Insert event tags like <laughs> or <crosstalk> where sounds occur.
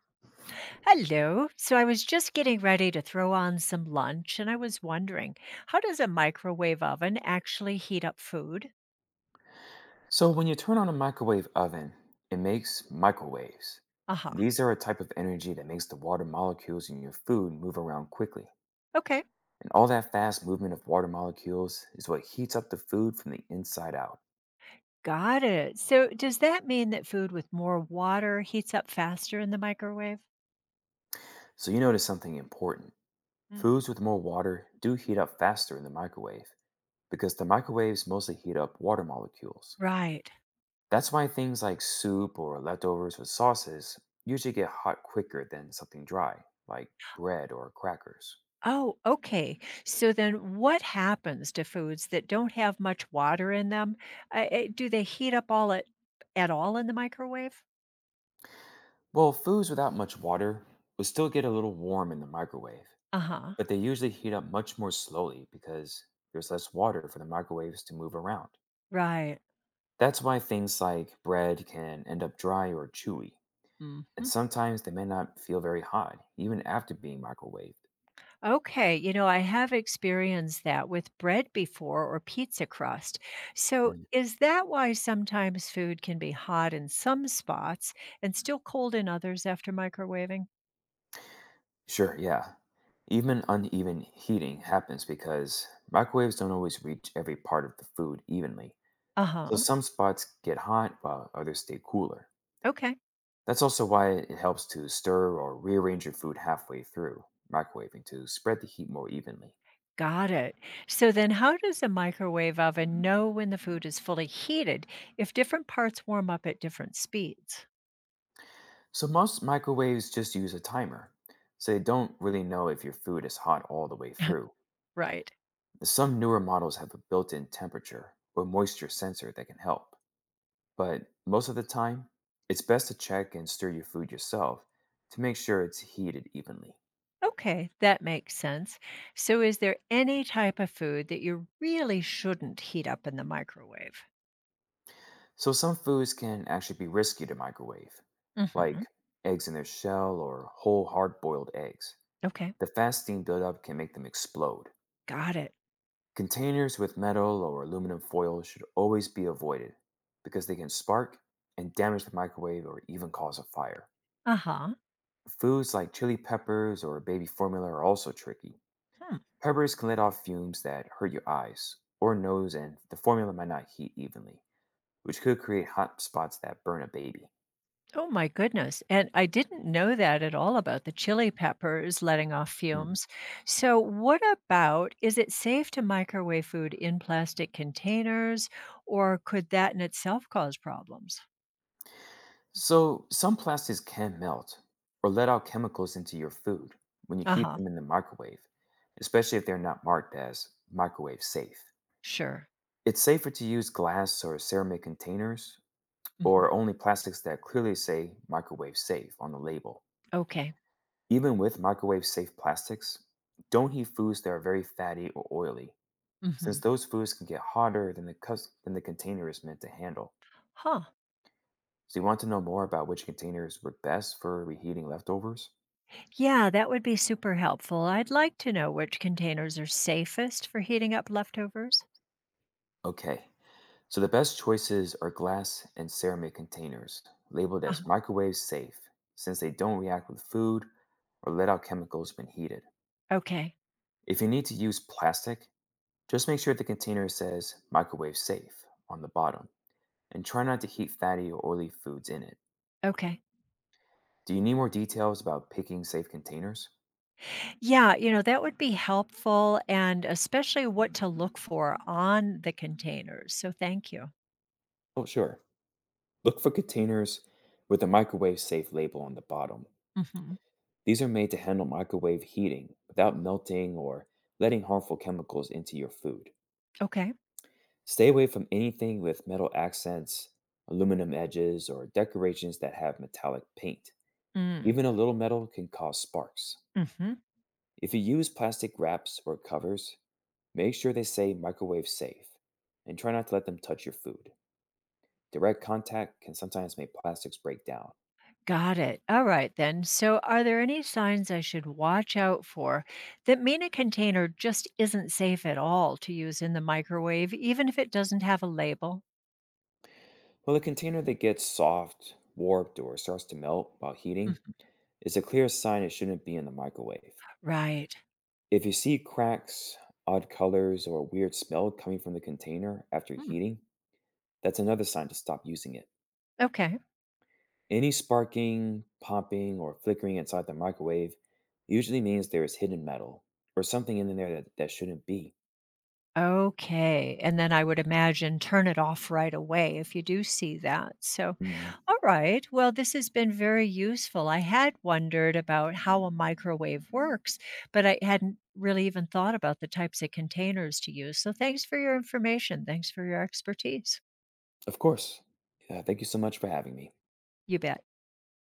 Hello. So I was just getting ready to throw on some lunch and I was wondering, how does a microwave oven actually heat up food? So, when you turn on a microwave oven, it makes microwaves. Aha. These are a type of energy that makes the water molecules in your food move around quickly. Okay. And all that fast movement of water molecules is what heats up the food from the inside out. Got it. So does that mean that food with more water heats up faster in the microwave? So, you notice something important. Mm. Foods with more water do heat up faster in the microwave because the microwaves mostly heat up water molecules. Right. That's why things like soup or leftovers with sauces usually get hot quicker than something dry, like bread or crackers. Oh, okay. So then what happens to foods that don't have much water in them? Do they heat up all at all in the microwave? Well, foods without much water will still get a little warm in the microwave, Uh-huh. but they usually heat up much more slowly because there's less water for the microwaves to move around. Right. That's why things like bread can end up dry or chewy, and Mhm. sometimes they may not feel very hot even after being microwaved. Okay, I have experienced that with bread before or pizza crust. So, Mm. is that why sometimes food can be hot in some spots and still cold in others after microwaving? Sure, yeah. Even uneven heating happens because microwaves don't always reach every part of the food evenly. Uh So huh. some spots get hot while others stay cooler. Okay, That's also why it helps to stir or rearrange your food halfway through microwaving to spread the heat more evenly. got it. So, then how does a microwave oven know when the food is fully heated if different parts warm up at different speeds? So, most microwaves just use a timer, so they don't really know if your food is hot all the way through. <laughs> Right. Some newer models have a built in temperature or moisture sensor that can help, but most of the time, it's best to check and stir your food yourself to make sure it's heated evenly. Okay, that makes sense. So, is there any type of food that you really shouldn't heat up in the microwave? So, some foods can actually be risky to microwave, Mhm. like eggs in their shell or whole hard boiled eggs. Okay. The fast steam buildup can make them explode. Got it. Containers with metal or aluminum foil should always be avoided because they can spark and damage the microwave or even cause a fire. Uh-huh. Foods like chili peppers or baby formula are also tricky. Hmm. Peppers can let off fumes that hurt your eyes or nose, and the formula might not heat evenly, which could create hot spots that burn a baby. Oh my goodness. And I didn't know that at all about the chili peppers letting off Mm. fumes. So what about is it safe to microwave food in plastic containers or could that in itself cause problems? So, some plastics can melt or let out chemicals into your food when you heat Uh-huh. them in the microwave, especially if they're not marked as microwave safe. Sure. It's safer to use glass or ceramic containers Hmm. or only plastics that clearly say microwave safe on the label. Okay. Even with microwave safe plastics, don't heat foods that are very fatty or oily, since Hmm. those foods can get hotter than the container is meant to handle. Huh. So, you want to know more about which containers work best for reheating leftovers? Yeah, that would be super helpful. I'd like to know which containers are safest for heating up leftovers. Okay. So the best choices are glass and ceramic containers labeled as Uh-huh. microwave safe since they don't react with food or let out chemicals when heated. Okay. If you need to use plastic, just make sure the container says microwave safe on the bottom and try not to heat fatty or oily foods in it. Okay. Do you need more details about picking safe containers? Yeah, that would be helpful and especially what to look for on the containers. So thank you. Oh, sure. Look for containers with a microwave safe label on the bottom. Mhm. These are made to handle microwave heating without melting or letting harmful chemicals into your food. Okay. Stay away from anything with metal accents, aluminum edges, or decorations that have metallic paint. Mm. Even a little metal can cause sparks. Mhm. If you use plastic wraps or covers, make sure they say microwave safe and try not to let them touch your food. Direct contact can sometimes make plastics break down. Got it. All right then. So are there any signs I should watch out for that mean a container just isn't safe at all to use in the microwave even if it doesn't have a label? Well, a container that gets soft, warped, or starts to melt while heating Mhm. is a clear sign it shouldn't be in the microwave. Right. If you see cracks, odd colors, or a weird smell coming from the container after Mm. heating, that's another sign to stop using it. Okay. Any sparking, popping, or flickering inside the microwave usually means there is hidden metal or something in there that shouldn't be. Okay, and then I would imagine turn it off right away if you do see that. So, Mhm. all right. Well, this has been very useful. I had wondered about how a microwave works, but I hadn't really even thought about the types of containers to use. So, thanks for your information. Thanks for your expertise. Of course. Thank you so much for having me. You bet.